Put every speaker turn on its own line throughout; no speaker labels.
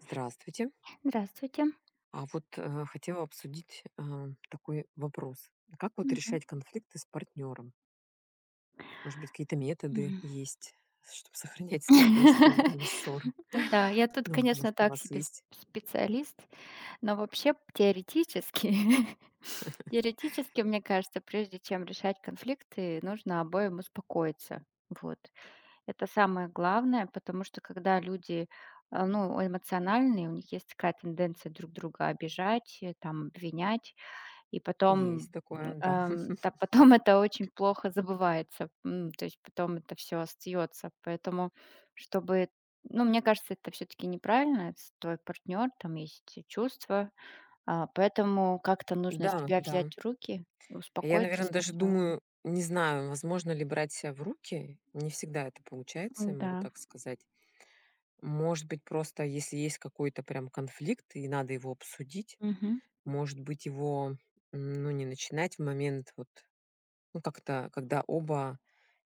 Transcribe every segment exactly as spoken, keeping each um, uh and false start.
Здравствуйте.
Здравствуйте.
А вот э, хотела обсудить э, такой вопрос. Как вот
Мгм.
решать конфликты с партнером? Может быть, какие-то методы
Мгм.
есть, чтобы сохранять спокойствие во время ссоры?
Да, я тут,
Ну,
конечно,
может, у
так
вас
себе сп
есть?
специалист, но вообще теоретически теоретически, мне кажется, прежде чем решать конфликты, нужно обоим успокоиться. Вот. Это самое главное, потому что когда люди, э, ну, эмоциональные, у них есть такая тенденция друг друга обижать, э, там, обвинять. И потом,
Есть такое, да.
эм, да, потом это очень плохо забывается, м, то есть потом это все остается. Поэтому, чтобы, ну, мне кажется, это все таки неправильно. Это твой партнер, там есть чувства, а, поэтому как-то нужно
Да,
себя
да.
взять в руки,
Я,
успокоиться
наверное, даже
сначала.
думаю, не знаю, возможно ли брать себя в руки. Не всегда это получается, я могу
Да.
так сказать. Может быть, просто если есть какой-то прям конфликт и надо его обсудить,
Мгм.
может быть, его м, ну, не начинать в момент вот. Ну, как-то, когда оба,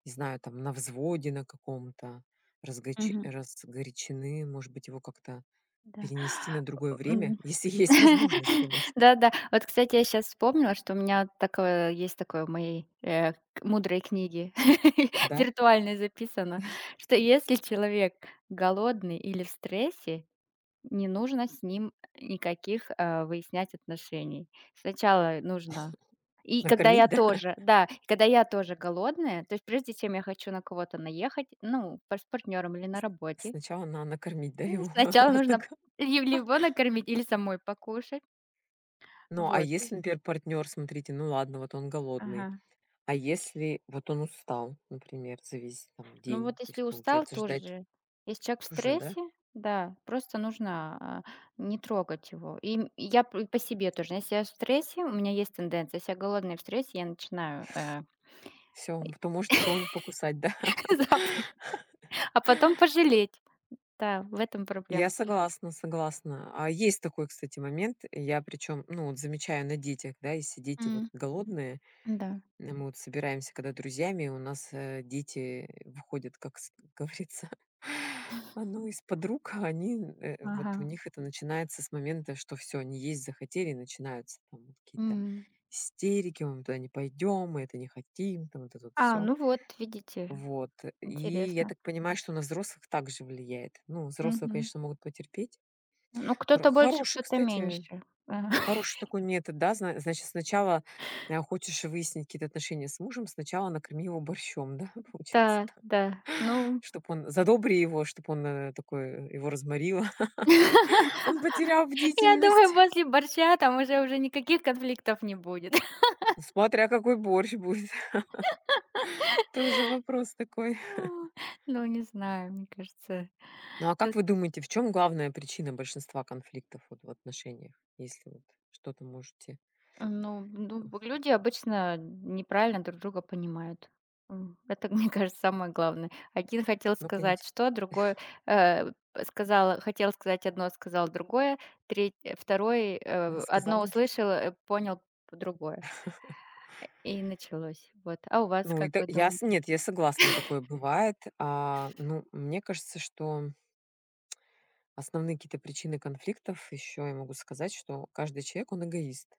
не знаю, там, на взводе на каком-то, разгоче
Мгм.
разгорячены, может быть, его как-то
Да.
перенести на другое
М.
время, если есть возможность, конечно.
Да-да. Вот, кстати, я сейчас вспомнила, что у меня вот такое есть такое в моей, э, к мудрой книге
Да?
виртуальной записано, что если человек голодный или в стрессе, не нужно с ним никаких, э, выяснять отношений. Сначала нужно, и когда я
Накормить, да?
тоже, да, и когда я тоже голодная, то есть прежде чем я хочу на кого-то наехать, ну, пар с партнёром или на работе,
Сначала на накормить, да,
м,
его?
сначала нужно
Так.
ли- либо накормить, или самой покушать.
Ну, а
Вот.
если, например, партнер, смотрите, ну ладно, вот он голодный,
Ага.
а если вот он устал, например, за весь там
Ну
день,
вот
то
если
есть,
устал,
получается,
тоже.
ждать
Же. Если человек в
тоже, да?
стрессе, да, просто нужно, а, не трогать его. И м я п по себе тоже. Если я в стрессе, у меня есть тенденция, если я голодная в стрессе, я начинаю, э,
Все, то можете кого-нибудь покусать, да?
запросто, а потом пожалеть. Да, в этом проблема.
Я согласна, согласна. А есть такой, кстати, момент. Я причем, ну, вот замечаю на детях, да, если дети вот
М,
голодные,
да.
э, мы вот собираемся, когда друзьями, у нас э, дети выходят, как с- говорится, а, ну, из-под рук, а они, э, вот
Ага.
у них это начинается с момента, что все, они есть захотели, и начинаются там вот какие-то
М.
истерики, мы туда не пойдем, мы это не хотим, там вот это вот
А,
все.
ну вот, видите,
Вот. И я
интересно.
так понимаю, что на взрослых также влияет. Ну, взрослые,
Мгм.
конечно, могут потерпеть.
Ну,
Хоро
кто-то больше,
хороший,
кто-то
кстати,
меньше. Ага.
хороший такой метод, да. Зна значит, сначала, а, хочешь выяснить какие-то отношения с мужем, сначала накорми его борщом, да, получается
Да,
так.
да. Ну,
Чтоб он задобри его, чтобы он, э, такой, э, его разморило. Он потерял
я
бдительность.
думаю, после борща там уже уже никаких конфликтов не будет.
Смотря какой борщ будет, тоже вопрос такой.
Ну, ну, не знаю, мне кажется.
Ну, а как
Тут,
вы думаете, в чем главная причина большинства конфликтов вот в отношениях? Если вот что-то можете,
ну ну,
э,
б- люди обычно неправильно друг друга понимают. М, это, мне кажется, самое главное. Один хотел
ну-ка,
сказать
инте
что, другой, э, сказал хотел сказать одно, сказал другое, треть э, второй, э, одно
сказал.
услышал, э, понял другое. И началось. Вот. А у вас,
Ну,
как
это
вы
я с
думаете?
нет, я согласна, такое бывает. А, ну, мне кажется, что основные какие-то причины конфликтов еще я могу сказать, что каждый человек, он эгоист.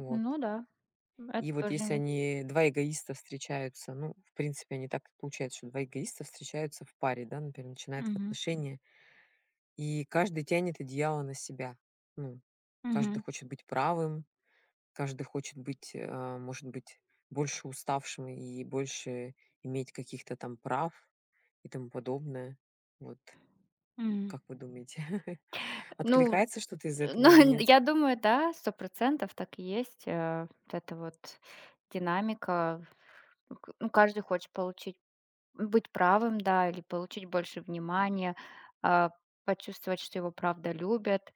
Н Ну да, это
И вот
тоже
если
имеет.
они, два эгоиста встречаются, ну, в принципе, они так и получается, что два эгоиста встречаются в паре, да, например, начинают в
Мгм.
отношения, и каждый тянет одеяло на себя. Ну, каждый
Мгм.
хочет быть правым, каждый хочет быть, э, может быть, больше уставшим и больше иметь каких-то там прав, и тому подобное. Вот
Мгм.
как вы думаете,
Ну,
откликается что-то из этого
ну,
или нет?
я думаю, да, сто процентов так и есть. Э, вот эта вот динамика. Ну, к ну, каждый хочет получить, быть правым, да, или получить больше внимания, а, почувствовать, что его правда любят.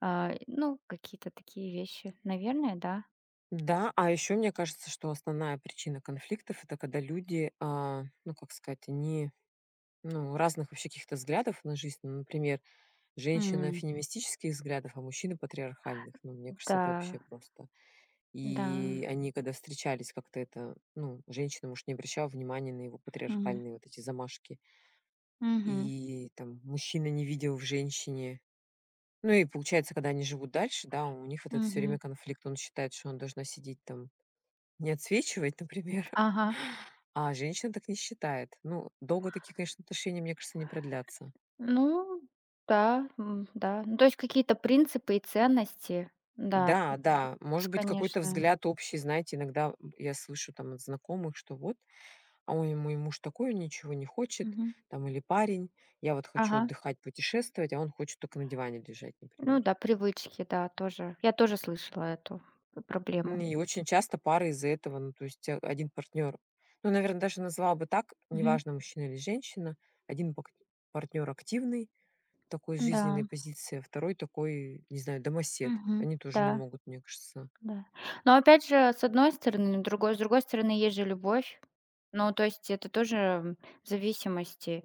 А, ну, какие-то такие вещи. Наверное, да.
Да, а еще мне кажется, что основная причина конфликтов это когда люди, а, ну как сказать, они ну, разных вообще каких-то взглядов на жизнь. Ну, например, женщина
М.
феминистических взглядов, а мужчина патриархальных. Ну, мне кажется, это
Да,
вообще просто.
да.
И они, когда встречались, как-то это, ну, женщина, может, не обращала внимания на его
Мгм.
патриархальные вот эти замашки.
Мгм.
И там мужчина не видел в женщине. Ну и получается, когда они живут дальше, да, у них вот это все время
Мгм.
конфликт. Он считает, что он должна сидеть там, не отсвечивать, например,
Ага.
а женщина так не считает. Ну, долго такие, конечно, отношения, мне кажется, не продлятся.
Ну да, м, да. Ну, то есть какие-то принципы и ценности. Да,
Да,
тут тут,
да, может быть, какой-то
конечно.
взгляд общий, знаете, иногда я слышу там от знакомых, что вот, а ой, мой муж такой, он ничего не хочет,
Мгм.
там, или парень, я вот хочу
Ага.
отдыхать, путешествовать, а он хочет только на диване лежать,
Ну
например.
да, привычки, да, тоже. Я тоже слышала эту п
М,
проблему.
и очень часто пары из-за этого, ну, то есть, э, один партнёр, ну, наверное даже назвала бы так,
Мгм.
неважно, мужчина или женщина, один партнер активный, такой
Да.
жизненной позиции, а второй такой, не знаю, домосед.
Мгм.
Они тоже не
Да,
могут, мне кажется.
да. Но опять же, с одной стороны, другой с другой стороны, есть же любовь. Ну, то есть это тоже, м, зависимости,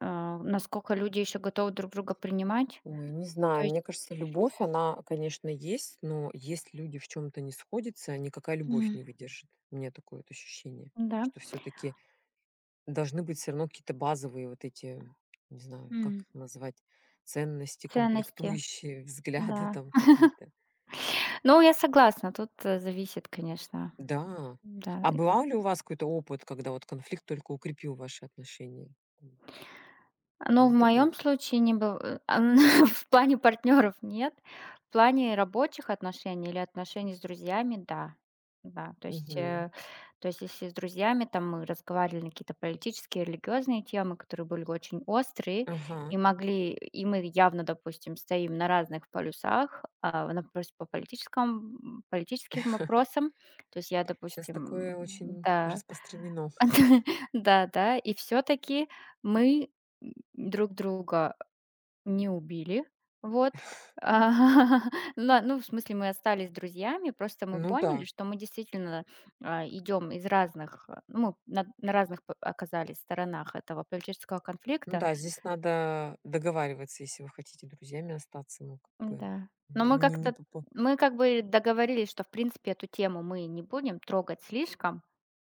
а, насколько люди еще готовы друг друга принимать.
Ой, не
То
знаю,
есть,
мне кажется, любовь, она, конечно, есть, но если люди в чем то не сходятся, никакая любовь
м,
не выдержит. У меня такое вот ощущение,
да,
что все таки Должны быть все равно какие-то базовые вот эти, не знаю, как
м,
их назвать, ценности,
ценности,
комплектующие, взгляды
да.
там какие-то.
Ну, я согласна, тут, э, зависит, конечно,
Да.
да.
А бывал ли у вас какой-то опыт, когда вот конфликт только укрепил ваши отношения? М,
Но в
Был такой
моем
опыт?
случае не было. В плане партнеров нет, в плане рабочих отношений или отношений с друзьями, да. Да, то есть,
Мгм.
э, то есть если с друзьями там мы разговаривали на какие-то политические, религиозные темы, которые были очень острые,
Ага.
и могли и мы явно, допустим, стоим на разных полюсах, а, на, просто по политическом политическим вопросам. То есть я,
Щас
допустим,
такое очень
да.
распространено.
Да-да, и все таки мы, м, друг друга не убили. Вот. А, На ну, в смысле, мы остались друзьями, просто мы
Ну да,
поняли, что мы действительно, а, идем из разных, э, ну, мы на на разных п оказались сторонах этого политического
ну
конфликта.
да, здесь надо договариваться, если вы хотите друзьями остаться, ну, как бы,
Да. Но мы
не не
как-то
по
мы как бы договорились, что, в принципе, эту тему мы не будем трогать слишком,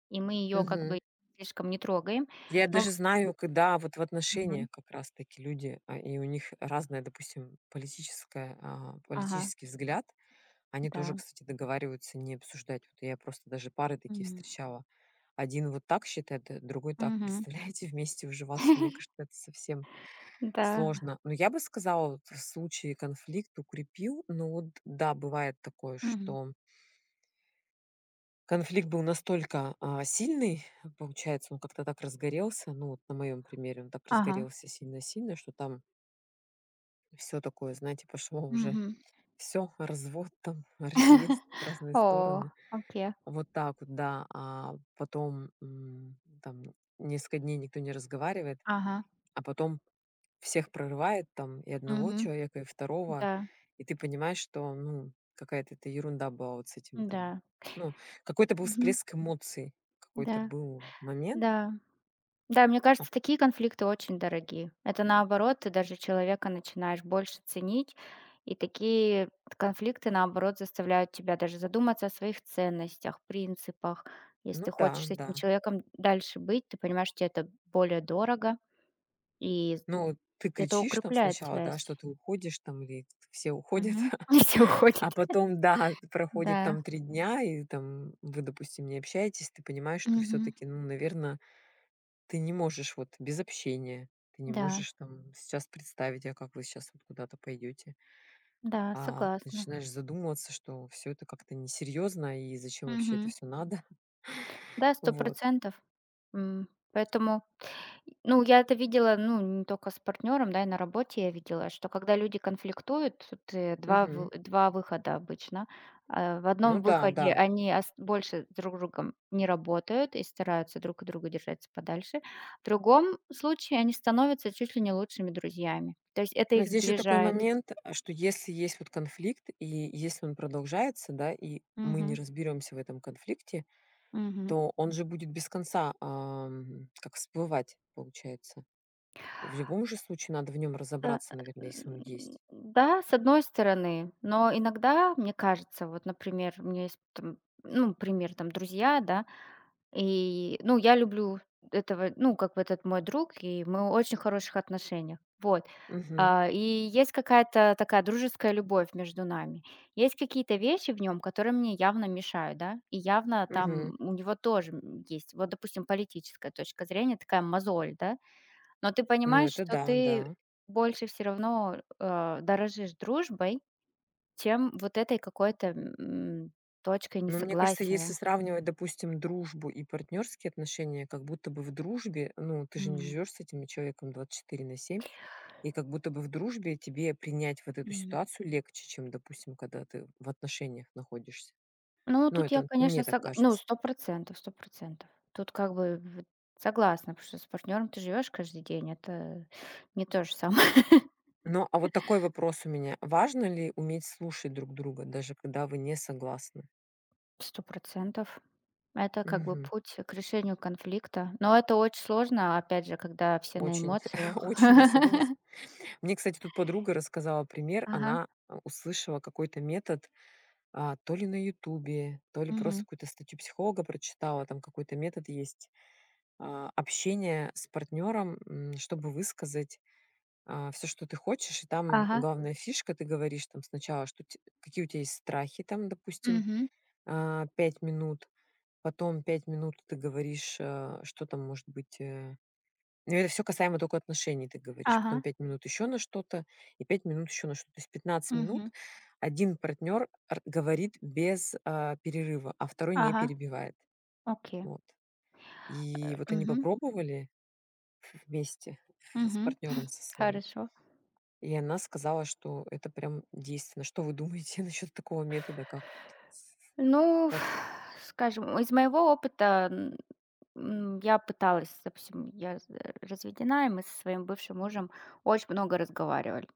и мы ее как
Мгм.
бы слишком не трогаем.
Я
Но.
даже знаю, когда вот в
Мгм.
отношениях как раз таки люди, а, и у них разное, допустим, политическое, а,
Ага,
политический взгляд. Они тоже,
да.
кстати, договариваются не обсуждать. Вот я просто даже пары такие
М.
встречала. Один вот так считает, э, другой так.
Мгм.
Представляете, вместе уживаться, мне кажется, это совсем
Да.
сложно. Но я бы сказала, вот в случае конфликт укрепил, но вот да, бывает такое,
Мгм.
что Конфликт был настолько, а, сильный, получается, он как-то так разгорелся. Ну, вот на моем примере он так
Ага.
разгорелся сильно-сильно, что там все такое, знаете, пошло уже
Мгм.
все развод там, разъезд в разные
О,
стороны.
окей.
Вот так вот, да. А потом, м, там несколько дней никто не разговаривает,
Ага.
а потом всех прорывает там, и одного
Мгм.
человека, и второго.
Да.
И ты понимаешь, что, ну, какая-то это ерунда была вот с этим там.
Да.
Ну, какой-то был
Мгм.
всплеск эмоций, какой-то
Да.
был момент.
Да. Да, мне
А
кажется,
п-
такие конфликты очень дорогие. Это наоборот, ты даже человека начинаешь больше ценить, и такие конфликты, наоборот, заставляют тебя даже задуматься о своих ценностях, принципах. Если
Ну
ты
да,
хочешь с
да.
этим человеком дальше быть, ты понимаешь, что это более дорого, и
Ну, ты
это
кричишь там
укрепляет
сначала, да,
связь.
что ты уходишь там, или все уходят,
Мгм. И всё
а
уходит.
потом, да, проходит
Да.
там три дня, и там вы, допустим, не общаетесь, ты понимаешь, что
Мгм.
все-таки, ну, наверное, Ты не можешь вот без общения, ты не
Да,
можешь там сейчас представить, а как вы сейчас вот куда-то пойдете.
да,
А
согласна.
начинаешь задумываться, что все это как-то несерьезно и зачем вообще это
Мгм.
все надо.
Да, сто.
Вот.
М, поэтому, и- ну, я это видела, ну, не только с партнером, да, и на работе я видела, что когда люди конфликтуют, тут, э, 2
Мгм.
вы два выхода обычно. Э, в
Ну
одном
да,
выходе
да.
они ас больше друг с другом не работают и стараются друг от друга держаться подальше. В другом случае они становятся чуть ли не лучшими друзьями. То есть это
Но
их
здесь же такой
сближает.
момент, а, что если есть вот конфликт, и если он продолжается, да, и мы не
Мгм.
разберемся в этом конфликте,
Мгм.
то он же будет без конца, ам, как всплывать, получается. И в любом же случае надо в нем
Э,
разобраться, наверное, если он
м,
есть.
да, с одной стороны, но иногда, мне кажется, вот, например, у меня есть там, ну, пример, там, друзья, да, и, ну, я люблю этого, ну, как бы, этот мой друг, и мы в очень хороших отношениях, вот.
Мгм.
А, и есть какая-то такая дружеская любовь между нами. Есть какие-то вещи в нем, которые мне явно мешают, да, и явно там у него тоже, м, есть, вот, допустим, политическая точка зрения, такая мозоль, да, но ты
Ну,
понимаешь,
это
что
да,
ты
да.
больше все равно, э, дорожишь дружбой, чем вот этой какой-то, м, точкой
Но мне кажется, если
несогласия.
сравнивать, допустим, дружбу и партнерские отношения, как будто бы в дружбе, ну, ты же не
М.
живешь с этим человеком двадцать четыре на семь, и как будто бы в дружбе тебе принять вот эту
М.
ситуацию легче, чем, допустим, когда ты в отношениях находишься.
Ну,
Ну,
тут я,
это
конечно,
мне так
сог ну,
кажется.
сто процентов. Сто процентов. Тут как бы, в согласна, потому что с партнером ты живешь каждый день. Это не то же самое.
Ну, а вот такой вопрос у меня. Важно ли уметь слушать друг друга, даже когда вы не согласны?
Сто процентов. Это как бы
Мгм.
путь к решению конфликта. Но это очень сложно, опять же, когда все на
Очень,
эмоциях.
очень я согласна. Мне, кстати, тут подруга рассказала пример.
Ага.
Она э, услышала какой-то метод. А, то ли на "Ютубе", то ли просто
Мгм.
какую-то статью психолога прочитала. Там какой-то метод есть, а, общения с партнером, м, чтобы высказать, все, что ты хочешь. И там
Ага.
главная фишка, ты говоришь там сначала, что те какие у тебя есть страхи там, допустим,
Мгм.
а, 5 минут. Потом пять минут ты говоришь, э, что там может быть, э ну, это все касаемо только отношений, ты говоришь. Потом
Ага,
пять минут еще на что-то и пять минут еще на что-то. То есть пятнадцать минут
мгм,
Один партнер говорит без, а, перерыва, а второй не
ага,
перебивает.
окей.
Вот. И вот они
Мгм,
попробовали вместе с
мгм,
партнером со своим,
хорошо.
и она сказала, что это прям действенно. Что вы думаете насчет такого метода? Как вот? с-
Ну,
Как?
скажем, из моего опыта, м, м, я пыталась, допустим, я з э, разведена, и мы со своим бывшим мужем очень много разговаривали.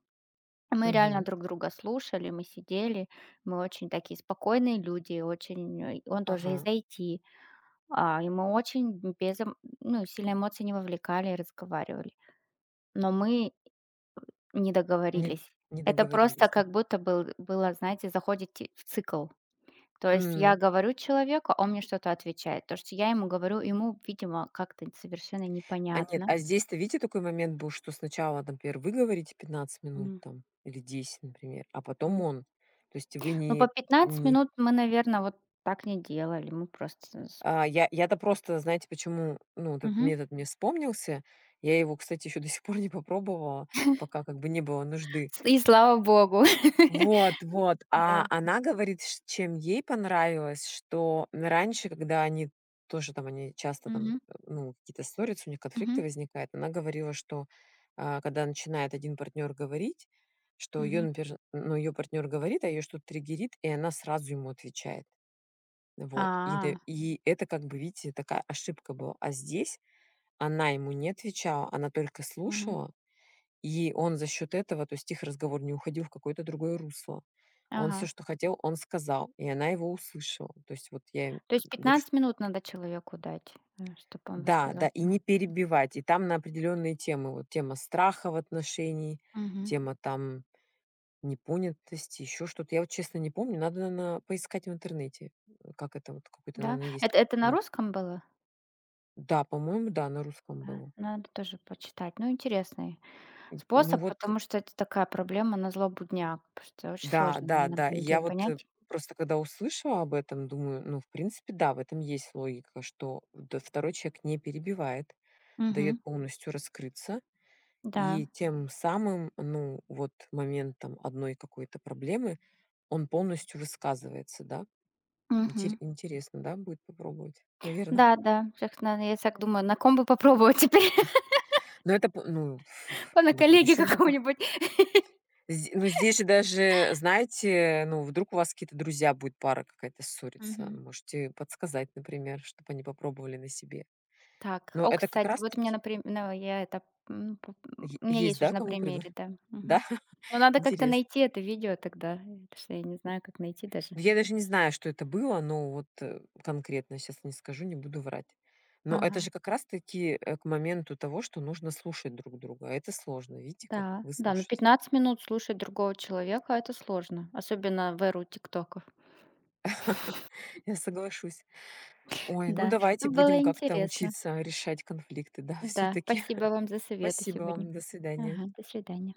Мы реально
Мгм.
друг друга слушали, мы сидели, мы очень такие спокойные люди, очень, э, он тоже
Ага.
из ай ти, а, и мы очень без эм ну, сильно эмоций не вовлекали и разговаривали. Но мы не
Не
договорились.
не
Это просто
договорились, да?
как будто был было, знаете, заходите в цикл. То есть я говорю человеку, а он мне что-то отвечает. То, что я ему говорю, ему, видимо, как-то совершенно
А нет,
непонятно.
а здесь-то, видите, такой момент был, что сначала, например, вы говорите пятнадцать минут там или десять, например, а потом
Мгм.
он. То есть вы,
Ну, по
не
пятнадцать
не
минут мы, наверное, вот так не делали. Мы просто с.
а, я я-то просто, знаете, почему, ну, вот этот
Мгм.
метод мне вспомнился. Я его, кстати, еще до сих пор не попробовала, пока как бы не было нужды.
И слава богу.
Вот, вот. А
Да.
она говорит, ш чем ей понравилось, что раньше, когда они тоже там, они часто там,
Мгм.
э, ну, какие-то ссорятся, у них конфликты
Мгм.
возникают. Она говорила, что, а, когда начинает один партнер говорить, что ее
Мгм.
например, ну, её партнер говорит, а ее что-то триггерит, и она сразу ему отвечает. Вот. И д
А.
и это как бы, видите, такая ошибка была. А здесь она ему не отвечала, она только
Мгм.
слушала и он за счет этого, то есть их разговор не уходил в какое-то другое русло. Он все,
Ага.
что хотел, он сказал, и она его услышала. То есть вот я им
То есть
говорю, чт
пятнадцать минут надо человеку дать, чтобы он
да, да, и
высказался.
не перебивать. И там на определенные темы, вот тема страха в отношении, тема там непонятости, еще что-то. Я вот честно не помню, надо, наверно, поискать в интернете, э, как это вот какой-то,
Да?
наверное, есть
Это это
этот
на
метод.
русском было?
Да, по-моему, да, на русском
Да,
было.
надо тоже почитать. Ну, интересный
Д Ну
способ,
вот.
потому что это такая проблема на злобу дня, потому что очень
Да,
сложно
да, да.
иногда
И
людей
я вот, э,
понять.
просто когда услышала об этом, думаю, ну, в принципе, да, в этом есть логика, что д второй человек не перебивает,
Мгм.
дает полностью раскрыться,
Да.
и тем самым, ну, вот моментом одной какой-то проблемы он полностью высказывается, да. Интере
Мгм.
интересно, да, будет попробовать, наверное.
Да, да. Щас надо, я так думаю, на ком бы попробовать теперь,
Но это п ну,
по на
на
коллеге
будущем. попро
каком-нибудь.
Зд ну, здесь же даже, знаете, ну, вдруг у вас какие-то друзья будет, пара какая-то ссорится,
Мгм.
можете подсказать, например, чтобы они попробовали на себе.
Так,
Но
о,
это как
кстати,
раз
вот у меня,
таки
например, ну, я это, м, п
е
м, у меня
есть,
есть
да,
уже на
кому? Предла
примере, да.
Да?
Мгм. Но надо как-то
Интересно.
найти это видео тогда, потому что я не знаю, как найти даже.
Ну, я даже не знаю, что это было, но вот, э, конкретно сейчас не скажу, не буду врать. Но это
Ага.
же как раз таки, э, к моменту того, что нужно слушать друг друга, а это сложно. Видите, как
Да, да, но
выслушать.
пятнадцать минут слушать другого человека — это сложно, особенно в эру тиктоков.
Я соглашусь. Ой, ну
Да,
давайте
ну было
будем как-то
интересно.
учиться решать конфликты, да, все
Да,
таки.
спасибо вам за советы
Спасибо
сегодня.
вам. До свидания.
Ага, до свидания.